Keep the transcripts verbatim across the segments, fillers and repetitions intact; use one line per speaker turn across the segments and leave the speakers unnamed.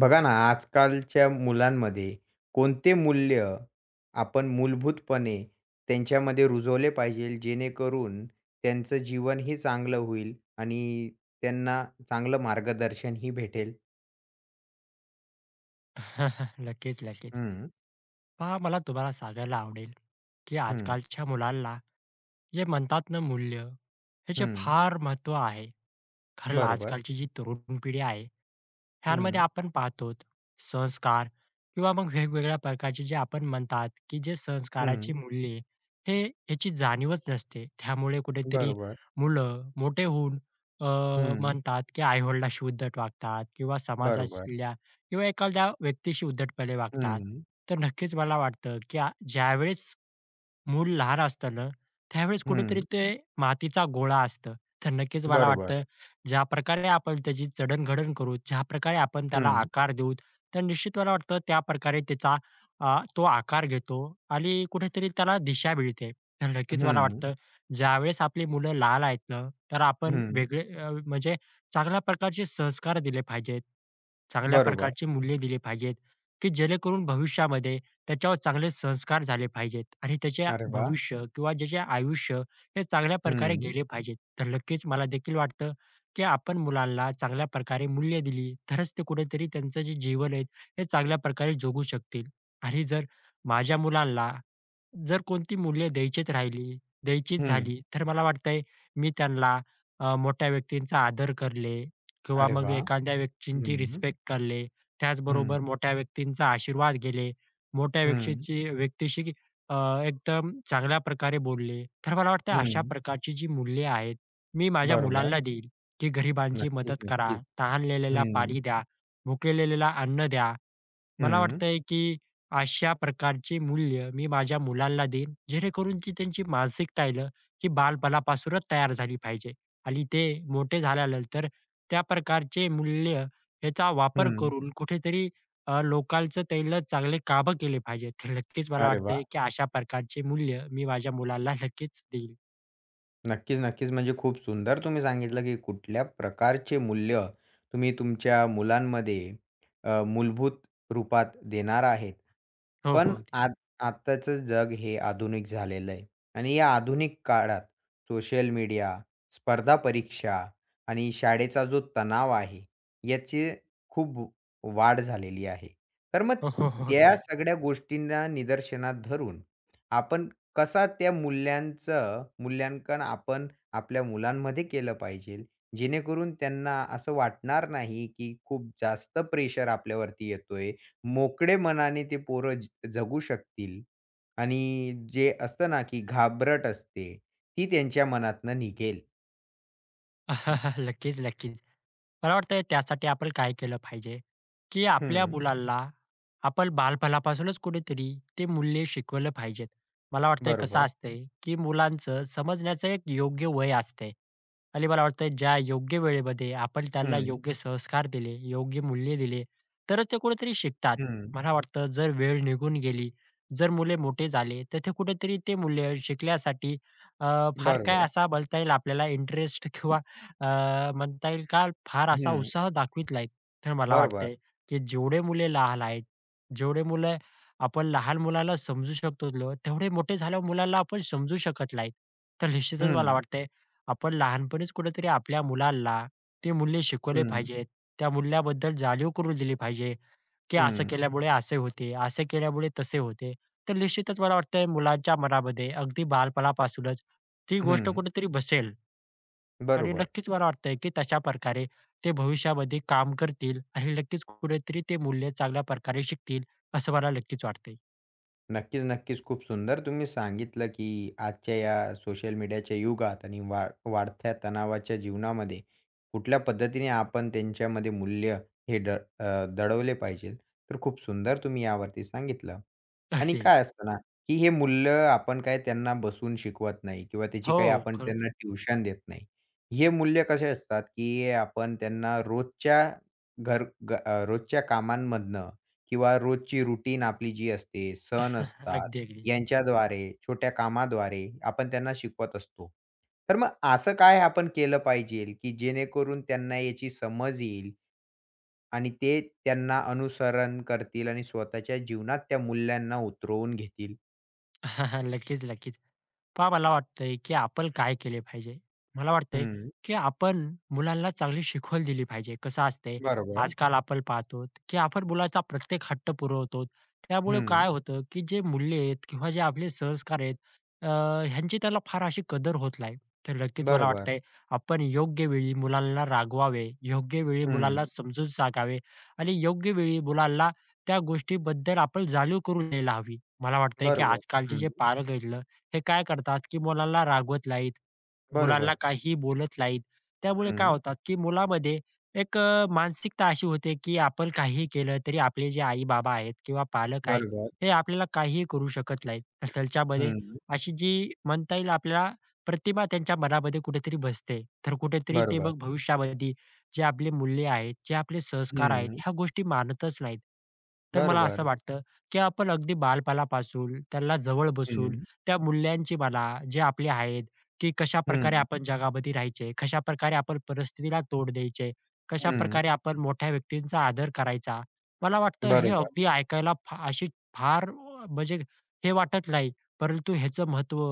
बघा ना, आजकालच्या मुलांमध्ये कोणते मूल्य आपण मूलभूतपणे त्यांच्यामध्ये रुजवले पाहिजे, जेणेकरून त्यांचं जीवन ही चांगलं होईल आणि त्यांना चांगलं मार्गदर्शनही भेटेल?
नक्कीच, नक्कीच.
हं,
पहा मला तुम्हाला सांगायला आवडेल, की
हं,
आजकालच्या मुलांना जे म्हणतात ना मूल्य, ह्याचे
हं.
फार महत्त्व आहे. कारण
बरोबर.
आजकालची जी तरुण पिढी आहे, ह्यांमध्ये
हं,
आपण पाहतो संस्कार किंवा मग वेगवेगळ्या प्रकारचे जे आपण म्हणतात, की जे संस्काराची
हं.
मूल्ये हे याची जाणीवच नसते. त्यामुळे कुठेतरी
बरोबर.
मुलं मोठे होऊन अ,
हं.
म्हणतात, की आई उद्धट वागतात किंवा
बरोबर.
समाजातल्या किंवा एखाद्या व्यक्तीशी उद्धटपणे वागतात.
हं,
तर नक्कीच मला वाटतं, की आ- ज्यावेळेस मूल लहान असतं ना, त्यावेळेस कुठेतरी
हं.
ते मातीचा गोळा असतं. तर नक्कीच मला
बरोबर.
वाटतं ज्या प्रकारे आपण त्याची जडण करू, ज्या प्रकारे आपण त्याला
हं,
आकार देऊ, तर निश्चित मला वाटतं त्या प्रकारे त्याचा अ, तो आकार घेतो आणि कुठेतरी त्याला दिशा मिळते. तर नक्कीच मला
हं,
वाटतं ज्यावेळेस आपली मुलं लहान आहेत ना, तर आपण
हं.
वेगळे अ, म्हणजे चांगल्या प्रकारचे संस्कार दिले पाहिजेत. चांगल्या
बरोबर.
प्रकारची मूल्ये दिली पाहिजेत, की जेणेकरून भविष्यामध्ये त्याच्यावर चांगले संस्कार झाले पाहिजेत आणि त्याचे
अरे वाह!
भविष्य किंवा ज्याचे आयुष्य हे चांगल्या प्रकारे
हं,
गेले पाहिजेत. तर नक्कीच मला देखील वाटतं, की आपण मुलांना चांगल्या प्रकारे मूल्य दिली, तरच ते कुठेतरी त्यांचं जे जीवन आहे, हे चांगल्या प्रकारे जगू शकतील. आणि जर माझ्या मुलांना जर कोणती मूल्य द्यायचीच राहिली, द्यायचीच
हं.
झाली, तर मला वाटतंय मी त्यांना अ, मोठ्या व्यक्तींचा आदर करले किंवा
अरे
मग
वाह!
एखाद्या व्यक्तींची
हं,
रिस्पेक्ट करले.
हं,
त्याचबरोबर मोठ्या व्यक्तींचा आशीर्वाद घेले. मोठ्या
हं.
व्यक्तीची व्यक्तीशी अ, एकदम चांगल्या प्रकारे बोलले. तर मला वाटतं अशा
हं.
प्रकारची जी मूल्ये आहेत, मी माझ्या
बरोबर.
मुलांना देईल, की गरिबांची
नक्कीच,
मदत करा,
नक्कीच.
तहानलेल्याला
हं.
पाणी द्या, भुकेलेल्याला अन्न द्या. मला
हं.
वाटतंय की अशा प्रकारची मूल्य मी माझ्या मुलांना देईन, जेणेकरून ती त्यांची मानसिकता आहे ना, ही बालपणापासूनच तयार झाली पाहिजे आणि ते मोठे झाल्यानंतर त्या प्रकारचे मूल्य याचा वापर
हं.
करून कुठेतरी अ, लोकांचं त्यांना चांगले कामं केले पाहिजेत. तर नक्कीच मला
अरे
वाटतंय
वाह!
की अशा प्रकारचे मूल्य मी माझ्या मुलांना नक्कीच देईल.
नक्कीच, नक्कीच. म्हणजे खूप सुंदर तुम्ही सांगितलं, की कुठल्या प्रकारचे मूल्य तुम्ही तुमच्या मुलांमध्ये अ, मूलभूत रूपात देणार आहेत.
हो, हो.
पण
अगदी.
आ आत्ताचं जग हे आधुनिक झालेलं आहे आणि या आधुनिक काळात सोशल मीडिया, स्पर्धा परीक्षा आणि शाळेचा जो तणाव आहे, याची खूप वाढ झालेली आहे. तर मग
हो, हो, हो.
त्या
अगदी.
सगळ्या गोष्टींना निदर्शनात धरून आपण कसा त्या मूल्यांचं मूल्यांकन आपण आपल्या मुलांमध्ये केलं पाहिजे, जेणेकरून त्यांना असं वाटणार नाही, की खूप जास्त प्रेशर आपल्यावरती येतोय. मोकळे मनाने ते पोरं ज जगू शकतील आणि जे असतं ना, की घाबरट असते, ती त्यांच्या मनातनं निघेल.
नक्कीच, नक्कीच. मला वाटतंय त्यासाठी आपण काय केलं पाहिजे, की आपल्या
हं,
मुलांना आपण बालपणापासूनच कुठेतरी ते मूल्य शिकवलं पाहिजेत. मला वाटतंय कसं
बरोबर.
असतंय, की मुलांचं समजण्याचं एक योग्य वय असतंय आणि मला वाटतंय ज्या योग्य वेळेमध्ये आपण त्यांना
हं,
योग्य संस्कार दिले, योग्य मूल्य दिले, तरच ते कुठेतरी शिकतात.
हं,
मला वाटतं जर वेळ निघून गेली, जर मुले मोठे झाले, तर ते कुठेतरी ते मूल्य शिकण्यासाठी अ, फार काय
बरोबर.
असा बोलता येईल आपल्याला इंटरेस्ट किंवा अ, म्हणता येईल का फार असा
हं,
उत्साह दाखवीत नाहीत. तर मला
बरोबर.
वाटतंय, की जेवढे मुले लहान आहेत, जेवढे मुलं आपण लहान मुलाला समजू शकतो, लो, तेवढे मोठे झाल्यावर मुलाला आपण समजू शकत नाहीत. तर निश्चितच मला
हं,
वाटतंय, आपण लहानपणीच कुठेतरी आपल्या मुलाला ते मूल्य शिकवले
हं,
पाहिजेत. त्या मूल्याबद्दल जाणीव करून दिली पाहिजे, की असं
हं,
केल्यामुळे असे होते, असे केल्यामुळे तसे होते. तर निश्चितच मला वाटतंय मुलांच्या मनामध्ये अगदी बालपणापासूनच ती
हं,
गोष्ट कुठेतरी बसेल. आणि
बरोबर.
नक्कीच मला वाटतंय, की तशा प्रकारे ते भविष्यामध्ये काम करतील आणि नक्कीच कुठेतरी ते मूल्य चांगल्या प्रकारे शिकतील, असं मला नक्कीच वाटतंय.
नक्कीच, नक्कीच. खूप सुंदर तुम्ही सांगितलं, की आजच्या या सोशल मीडियाच्या युगात आणि वा वाढत्या तणावाच्या जीवनामध्ये कुठल्या पद्धतीने आपण त्यांच्यामध्ये मूल्य हे ड अ, दडवले पाहिजे. तर खूप सुंदर तुम्ही यावरती सांगितलं. आणि
अगदी. अगदी.
काय असतं ना, की हे मूल्य आपण काय त्यांना बसून शिकवत नाही किंवा त्याची काही
हो,
आपण
खरंच.
त्यांना ट्युशन देत नाही. हे मूल्य कसे असतात, की आपण त्यांना रोजच्या घर ग अ, रोजच्या कामांमधनं किंवा रोजची रुटीन आपली जी असते, सण असतात,
अगदी, अगदी.
यांच्याद्वारे, छोट्या कामाद्वारे आपण त्यांना शिकवत असतो. तर मग असं काय आपण केलं पाहिजेल, की जेणेकरून त्यांना याची समज येईल आणि ते त्यांना अनुसरण करतील आणि स्वतःच्या जीवनात त्या मूल्यांना उतरवून घेतील?
नक्कीच, नक्कीच. पहा मला वाटतंय, की आपण काय केले पाहिजे? मला वाटतंय,
हं,
की आपण मुलांना चांगली शिकवण दिली पाहिजे. कसं असतंय,
बरोबर.
आजकाल आपण पाहतो, की आपण मुलाचा प्रत्येक हट्ट पुरवतो. त्यामुळे
हं,
काय होतं, की जे मूल्य आहेत किंवा जे आपले संस्कार आहेत, अ, ह्यांची त्याला फार अशी कदर होत नाही. तर नक्कीच मला
बरोबर.
वाटतंय, आपण योग्य वेळी मुलांना रागवावे, योग्य वेळी
हं,
मुलांना समजून सांगावे आणि योग्य वेळी मुलांना त्या गोष्टीबद्दल आपण जाणीव करून द्यायला हवी. मला वाटतंय की
बरोबर.
आजकालचे
हं,
जे पालक आहेत ना, हे काय करतात की मुलांना रागवत नाहीत, मुलांना
बरोबर.
काहीही बोलत नाहीत. त्यामुळे काय
हं,
होतात की मुलामध्ये एक अ, मानसिकता अशी होते की आपण काही केलं तरी आपले जे आई-बाबा आहेत किंवा पालक आहेत,
बरोबर.
हे आपल्याला काहीही करू शकत नाहीत. तसलच्यामध्ये
हं,
अशी जी म्हणता येईल आपल्याला प्रतिमा त्यांच्या मनामध्ये कुठेतरी बसते. तर कुठेतरी ते
बरोबर.
मग भविष्यामध्ये जे आपले मूल्य आहेत, जे आपले संस्कार आहेत,
हं,
ह्या गोष्टी मानतच नाहीत. तर मला असं
बरोबर.
वाटतं, की आपण अगदी बालपणापासून त्यांना जवळ बसून
हं,
त्या मूल्यांची म्हणा, जे आपले आहेत, की कशाप्रकारे
हं,
आपण जगामध्ये राहायचे, कशाप्रकारे आपण परिस्थितीला तोंड द्यायचे,
हं.
कशाप्रकारे आपण मोठ्या व्यक्तींचा आदर करायचा. मला वाटतं हे
बरोबर.
अगदी ऐकायला फा अशी फार अ, म्हणजे हे वाटत नाही, परंतु ह्याचं महत्त्व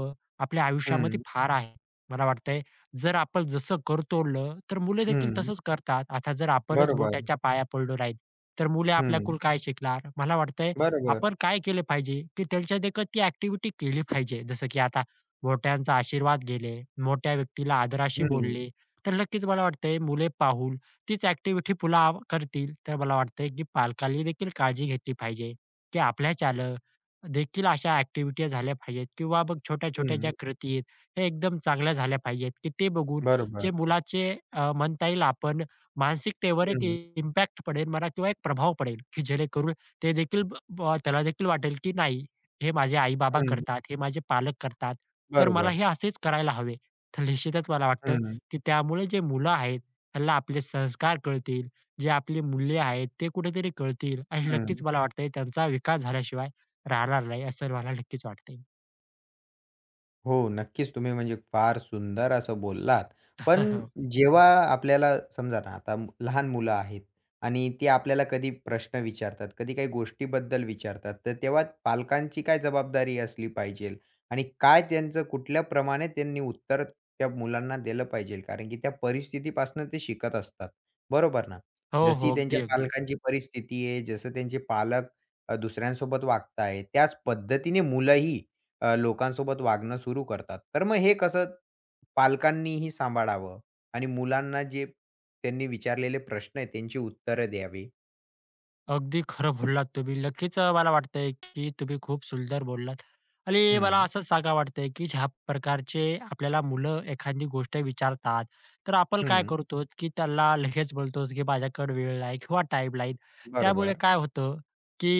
आपल्या आयुष्यामध्ये
हं,
फार आहे. मला वाटतंय जर आपण जसं कर तोडलं, तर मुले देखील
हं.
तसंच करतात. आता जर आपणच
बरोबर.
बोटाच्या पाया पडलो नाहीत, तर मुले
हं.
आपल्याकडून काय शिकणार? मला वाटतंय
बरोबर.
आपण काय केले पाहिजे, की त्यांच्या देखत ती ॲक्टिव्हिटी केली पाहिजे. जसं की आता मोठ्यांचा आशीर्वाद घेणे, मोठ्या व्यक्तीला आदराशी
हं,
बोलणे, तर नक्कीच मला वाटतंय मुले पाहून तीच ॲक्टिव्हिटी पुन्हा आव- करतील. तर मला वाटतंय, की पालकांनी देखील काळजी घेतली पाहिजे, की आपल्या चालक देखील अशा ॲक्टिव्हिटी झाल्या पाहिजेत किंवा मग छोट्या-छोट्या ज्या
हं.
कृती आहेत, हे एकदम चांगल्या झाल्या पाहिजेत, की ते बघून
बरोबर.
जे मुलाचे अ, म्हणता येईल आपण मानसिकतेवर एक
हं,
इम्पॅक्ट पडेल म्हणा किंवा एक प्रभाव पडेल, की जेणेकरून ते देखील ब ब- त्याला देखील वाटेल, की नाही हे माझे आई-बाबा
हं.
करतात, हे माझे पालक करतात, तर मला
बरोबर.
हे असेच करायला हवे. तर निश्चितच मला वाटतं,
हं,
की त्यामुळे जे मुलं आहेत त्यांना आपले संस्कार कळतील, जे आपली मूल्य आहेत ते कुठेतरी कळतील आणि नक्कीच
हं.
मला वाटतंय त्यांचा विकास झाल्याशिवाय राहणार नाही असं मला नक्कीच वाटतंय.
हो, नक्कीच तुम्ही म्हणजे फार सुंदर असं बोललात. पण जेव्हा आपल्याला समजा ना, आता मु- लहान मुलं आहेत आणि ती आपल्याला कधी प्रश्न विचारतात, कधी काही गोष्टीबद्दल विचारतात, तर तेव्हा पालकांची काय जबाबदारी असली पाहिजेल आणि काय त्यांचं कुठल्या प्रमाणे त्यांनी उत्तर त्या मुलांना दिलं पाहिजेल? कारण की त्या परिस्थितीपासून ते शिकत असतात, बरोबर ना?
हो,
जशी
हो. अगदी,
त्यांच्या
अगदी.
पालकांची परिस्थिती आहे, जसं त्यांचे पालक अ, दुसऱ्यांसोबत वागताय, त्याच पद्धतीने मुलंही अ, लोकांसोबत वागणं सुरू करतात. तर मग हे कसं पालकांनीही सांभाळावं आणि मुलांना जे त्यांनी विचारलेले प्रश्न आहेत त्यांची उत्तरं द्यावी.
अगदी खरं बोललात तुम्ही. नक्कीच अ, मला वाटतंय, की तुम्ही खूप सुंदर बोललात आणि मला
हं,
असंच सांगा वाटतंय, की ज्या प्रकारचे आपल्याला मुलं एखादी गोष्ट विचारतात, तर आपण काय
हं.
करतो, की त्याला लगेच बोलतो, की माझ्याकडे वेळ नाही किंवा टाईम नाही. त्यामुळे
बरोबर.
काय होतं, की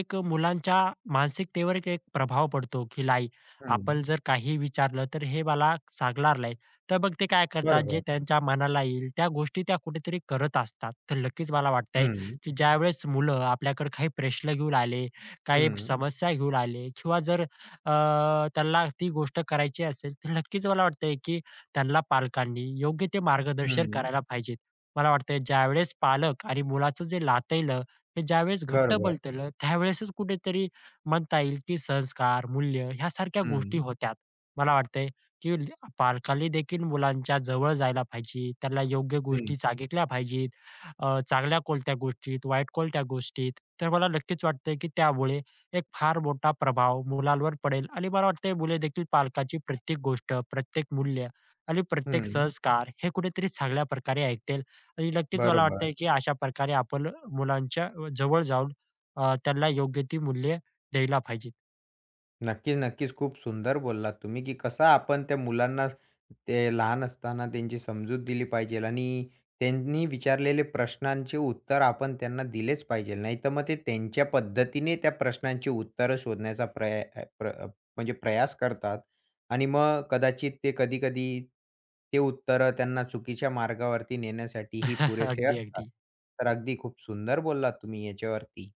एक मुलांच्या मानसिकतेवर एक एक प्रभाव पडतो, की नाही
हं.
आपण जर काही विचारलं, तर हे मला सांगणार नाही. तर मग ते काय करतात, जे
बरोबर.
त्यांच्या मनाला येईल त्या गोष्टी त्या कुठेतरी करत असतात. तर नक्कीच मला वाटतंय
हं,
की ज्यावेळेस मुलं आपल्याकडे काही प्रश्न घेऊन आले, काही
हं,
समस्या घेऊन आले किंवा जर अ, त्यांना ती गोष्ट करायची असेल, तर नक्कीच मला वाटतंय की त्यांना पालकांनी योग्य ते मार्गदर्शन
हं.
करायला पाहिजे. मला वाटतंय ज्यावेळेस पालक आणि मुलाचं जे नातं हे ज्यावेळेस घट्ट
बरोबर.
बनतं, त्यावेळेसच कुठेतरी म्हणता येईल की संस्कार, मूल्य ह्यासारख्या गोष्टी
हं,
होतात. मला वाटतंय की ल- पालकांनी देखील मुलांच्या जवळ जायला पाहिजे, त्यांना योग्य
हं,
गोष्टी सांगितल्या पाहिजेत. अ, चांगल्या कोणत्या गोष्टीत, वाईट कोणत्या गोष्टीत. तर मला नक्कीच वाटतंय, की त्यामुळे एक फार मोठा प्रभाव मुलांवर पडेल आणि मला वाटतंय मुले देखील पालकाची प्रत्येक गोष्ट, प्रत्येक मूल्य आणि प्रत्येक
हं.
संस्कार हे कुठेतरी चांगल्या प्रकारे ऐकतील आणि नक्कीच मला
बरोबर.
वाटतंय, की अशा प्रकारे आपण मुलांच्या जवळ जाऊन अ, त्यांना योग्य ती मूल्ये द्यायला पाहिजेत.
नक्कीच, नक्कीच. खूप सुंदर बोललात तुम्ही, की कसं आपण त्या मुलांना ते लहान असताना त्यांची समजूत दिली पाहिजेल आणि त्यांनी विचारलेले प्रश्नांचे उत्तर आपण त्यांना दिलेच पाहिजेल. नाहीतर मग ते त्यांच्या पद्धतीने त्या प्रश्नांची उत्तरं शोधण्याचा प्रया अ, प्र अ, म्हणजे प्रयास करतात आणि मग कदाचित ते कधी-कधी ते उत्तरं त्यांना चुकीच्या मार्गावरती नेण्यासाठीही पुरेसे
अगदी,
असतात.
अगदी.
तर अगदी खूप सुंदर बोललात तुम्ही याच्यावरती.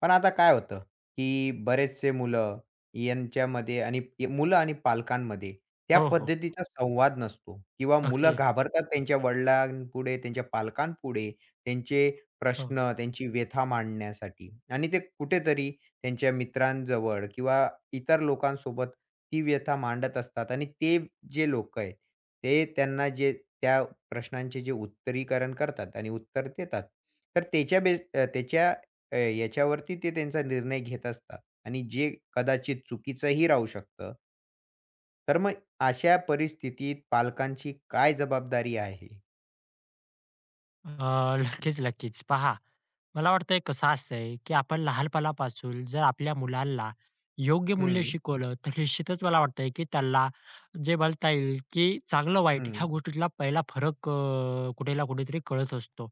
पण आता काय होतं, की बरेचसे मुलं यांच्यामध्ये आणि ये- मुलं आणि पालकांमध्ये त्या
हो, हो.
पद्धतीचा संवाद नसतो किंवा मुलं
अगदी.
घाबरतात त्यांच्या वडिलांपुढे, त्यांच्या पालकांपुढे, त्यांचे
हो.
प्रश्न, त्यांची व्यथा मांडण्यासाठी आणि ते कुठेतरी त्यांच्या मित्रांजवळ किंवा इतर लोकांसोबत ती व्यथा मांडत असतात आणि ते जे लोकं आहेत, ते त्यांना जे त्या प्रश्नांचे जे उत्तरीकरण करतात आणि उत्तर देतात, तर त्याच्या बेस अ, त्याच्या अ, याच्यावरती ते त्यांचा निर्णय घेत असतात आणि जे कदाचित चुकीचंही राहू शकतं. तर मग अशा परिस्थितीत पालकांची काय जबाबदारी आहे?
अ, नक्कीच, नक्कीच. पहा, मला वाटतंय कसं असतंय, की आपण लहानपणापासून जर आपल्या मुलांना योग्य मूल्य
हं,
शिकवलं, तर निश्चितच मला वाटतंय, की त्याला जे म्हणता येईल, की चांगलं-वाईट ह्या
हं,
गोष्टीतला पहिला फरक अ, कुठे ना कुठेतरी कळत असतो.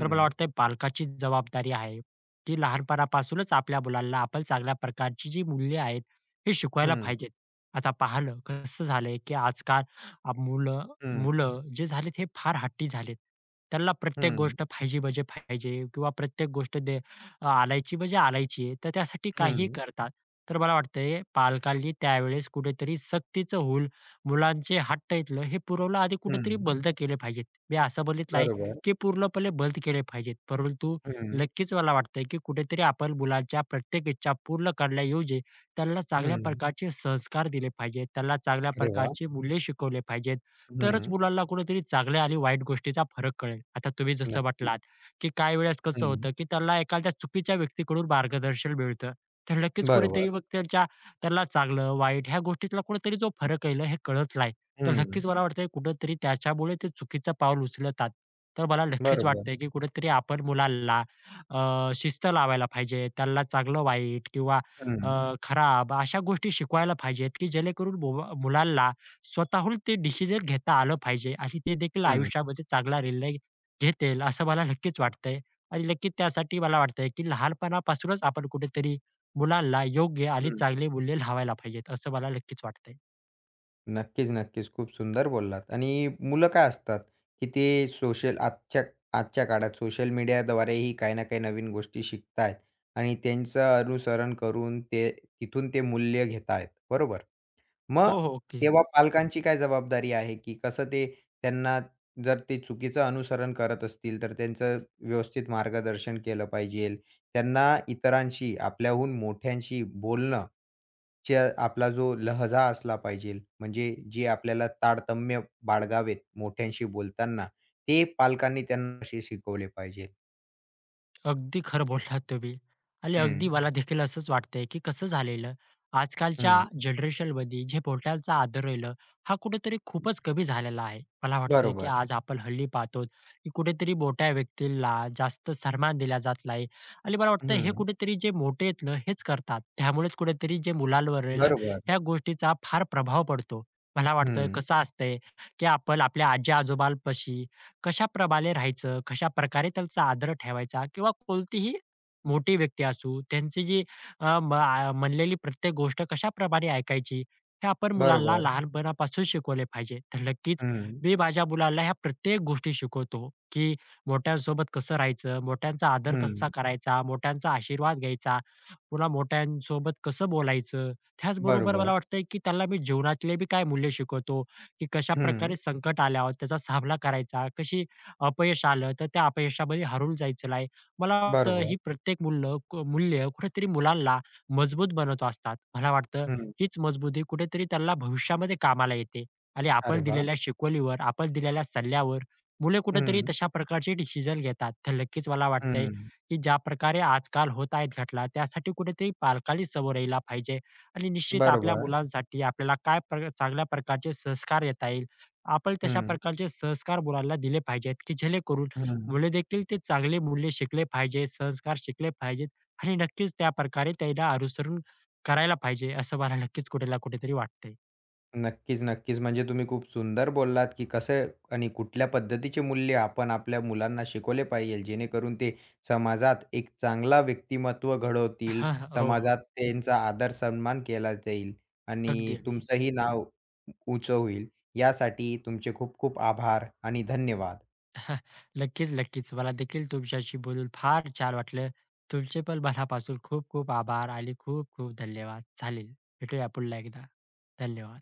तर मला वाटतंय पालकाची जबाबदारी आहे, की लहानपणापासूनच आपल्या मुलांना आपण चांगल्या प्रकारची जी मूल्ये आहेत, हे शिकवायला
हं,
पाहिजेत. आता पाहिलं कसं झालंय, की आजकाल अ, मुलं
हं,
मुलं जे झालेत हे फार हट्टी झालेत. त्यांना प्रत्येक
हं,
गोष्ट पाहिजे म्हणजे पाहिजे किंवा प्रत्येक गोष्ट दे आलायची म्हणजे आलायची आहे. तर त्यासाठी काहीही
हं,
करतात. तर मला वाटतंय पालकांनी त्यावेळेस कुठेतरी सक्तीचं होईल मुलांचे हट्ट इथलं हे पुरवलं आधी कुठेतरी
हं.
बंद केले पाहिजेत. मी असं बघितलं आहे,
बरोबर.
की पूर्णपणे बंद केले पाहिजेत. परंतु
हं,
नक्कीच मला वाटतंय, की कुठेतरी आपण मुलांच्या प्रत्येक इच्छा पूर्ण करण्याऐवजी त्यांना चांगल्या
हं.
प्रकारचे संस्कार दिले पाहिजेत. त्यांना चांगल्या
अरे वाह!
प्रकारची मूल्ये शिकवले पाहिजेत. तरच
हं.
मुलांना कुठेतरी चांगल्या आणि वाईट गोष्टीचा फरक कळेल. आता तुम्ही जसं
नक्कीच.
म्हटलात, की काही वेळेस कसं
हं.
होतं, की त्यांना एखाद्या चुकीच्या व्यक्तीकडून मार्गदर्शन मिळतं. तर नक्कीच
बरोबर.
कुठेतरी मग त्यांच्या त्यांना चांगलं, वाईट ह्या गोष्टीतला कुठेतरी जो फरक येईल हे कळत नाही. तर
हं.
नक्कीच मला वाटतंय कुठेतरी त्याच्यामुळे ते चुकीचं पाऊल उचलतात. तर मला नक्कीच
बरोबर.
वाटतंय, की कुठेतरी आपण मुलांना अ, शिस्त लावायला पाहिजे. त्यांना चांगलं-वाईट किंवा अ,
हं,
खराब अशा गोष्टी शिकवायला पाहिजेत, की जेणेकरून मुवा मुलांना स्वतःहून ते डिसिजन घेता आलं पाहिजे आणि ते देखील
हं,
आयुष्यामध्ये चांगला निर्णय घेतील असं मला नक्कीच वाटतंय आणि नक्कीच त्यासाठी मला वाटतंय, की लहानपणापासूनच आपण कुठेतरी मुलांना योग्य आणि
हं.
चांगली मूल्य लावायला पाहिजेत, असं मला नक्कीच वाटतंय.
नक्कीच, नक्कीच. खूप सुंदर बोललात आणि मुलं काय असतात, की ते सोशल आजच्या आजच्या काळात सोशल मीडियाद्वारेही काही ना काही नवीन गोष्टी शिकत आहेत आणि त्यांचं अनुसरण करून ते तिथून ते मूल्य घेतायत, आहेत, बरोबर? मग
हो, हो. ते
तेव्हा पालकांची काय जबाबदारी आहे, की कसं ते त्यांना जर ते चुकीचं अनुसरण करत असतील, तर त्यांचं व्यवस्थित मार्गदर्शन केलं पाहिजे. त्यांना इतरांशी, आपल्याहून मोठ्यांशी बोलणं च्या आपला जो लहजा असला पाहिजे, म्हणजे जे आपल्याला तारतम्य बाळगावेत मोठ्यांशी बोलताना, ते पालकांनी त्यांना असे शिकवले पाहिजे.
अगदी खरं बोललात तुम्ही. आणि अगदी
हं,
मला देखील असंच वाटतंय, की कसं झालेलं, आजकालच्या
हं.
जनरेशनमध्ये जे पोर्टलचा आदर राहिलं, हा कुठेतरी खूपच कमी झालेला आहे. मला वाटतंय, की
बरोबर.
आज आपण हल्ली पाहतो, की कुठेतरी मोठ्या व्यक्तीला जास्त सन्मान दिला जात नाही. आणि मला वाटतं हे
हं.
कुठेतरी जे मोठे आहेत ना, हेच करतात. त्यामुळेच कुठेतरी जे मुलांवर राहिलं,
बरोबर.
ह्या गोष्टीचा फार प्रभाव पडतो. मला वाटतं
हं.
कसं असतंय, की आपण आपल्या आजी-आजोबांपाशी कशाप्रमाणे राहायचं, कशाप्रकारे त्यांचा आदर ठेवायचा किंवा कोणतीही मोठी व्यक्ती असू, त्यांची जी अ, म आ म्हणलेली प्रत्येक गोष्ट कशाप्रमाणे ऐकायची, हे आपण मुलांना
बरोबर.
लहानपणापासून शिकवले पाहिजे. तर नक्कीच
हं.
मी माझ्या मुलाला ह्या प्रत्येक गोष्टी शिकवतो, की मोठ्यांसोबत कसं राहायचं, मोठ्यांचा आदर कसा
हं.
करायचा, मोठ्यांचा आशीर्वाद घ्यायचा, पुन्हा मोठ्यांसोबत कसं बोलायचं. त्याचबरोबर
बरोबर.
मला वाटतंय, की त्याला मी जीवनातले बी काय मूल्य शिकवतो. की
हं.
कशाप्रकारे संकट आल्यावर त्याचा सामना करायचा, कशी अपयश आलं तर त्या अपयशामध्ये हरवून जायचं नाही. मला वाटतं
बरोबर.
ही प्रत्येक मूल्य मूल्य कुठेतरी मुलांना मजबूत बनवत असतात. मला वाटतं
हं.
हीच मजबुती कुठेतरी त्यांना भविष्यामध्ये कामाला येते आणि
अरे
आपण
वाह!
दिलेल्या शिकवलीवर, आपण दिलेल्या सल्ल्यावर मुले कुठेतरी
हं.
तशा प्रकारचे डिसिजन घेतात. तर नक्कीच मला वाटतंय,
हं.
की ज्या प्रकारे आजकाल होत आहेत घटना त्यासाठी कुठेतरी पालकांनी समोर यायला पाहिजे. आणि निश्चित आपल्या
बरोबर.
मुलांसाठी आपल्याला काय प्र चांगल्या प्रकारचे संस्कार देता येईल, आपण तशा
हं.
प्रकारचे संस्कार मुलांना दिले पाहिजेत, की जेणेकरून
हं.
मुलेदेखील ते चांगले मूल्य शिकले पाहिजेत, संस्कार शिकले पाहिजेत आणि नक्कीच त्या प्रकारे त्यांना अनुसरून करायला पाहिजे, असं मला नक्कीच कुठे ना कुठेतरी वाटतंय.
नक्कीच, नक्कीच. म्हणजे तुम्ही खूप सुंदर बोललात, की कसं आणि कुठल्या पद्धतीचे मूल्य आपण आपल्या मुलांना शिकवले पाहिजे, जेणेकरून ते समाजात एक चांगला व्यक्तिमत्त्व घडवतील,
हो, हो.
समाजात त्यांचा आदर-सन्मान केला जाईल
अगदी,
आणि
अगदी.
तुमचंही नाव उंच होईल. यासाठी तुमचे खूप खूप आभार आणि धन्यवाद.
नक्कीच, नक्कीच. मला देखील तुमच्याशी बोलून फार छान वाटलं. तुमचे पण मनापासून खूप खूप आभार आणि खूप खूप धन्यवाद. चालेल, भेटूया पुन्हा एकदा. धन्यवाद.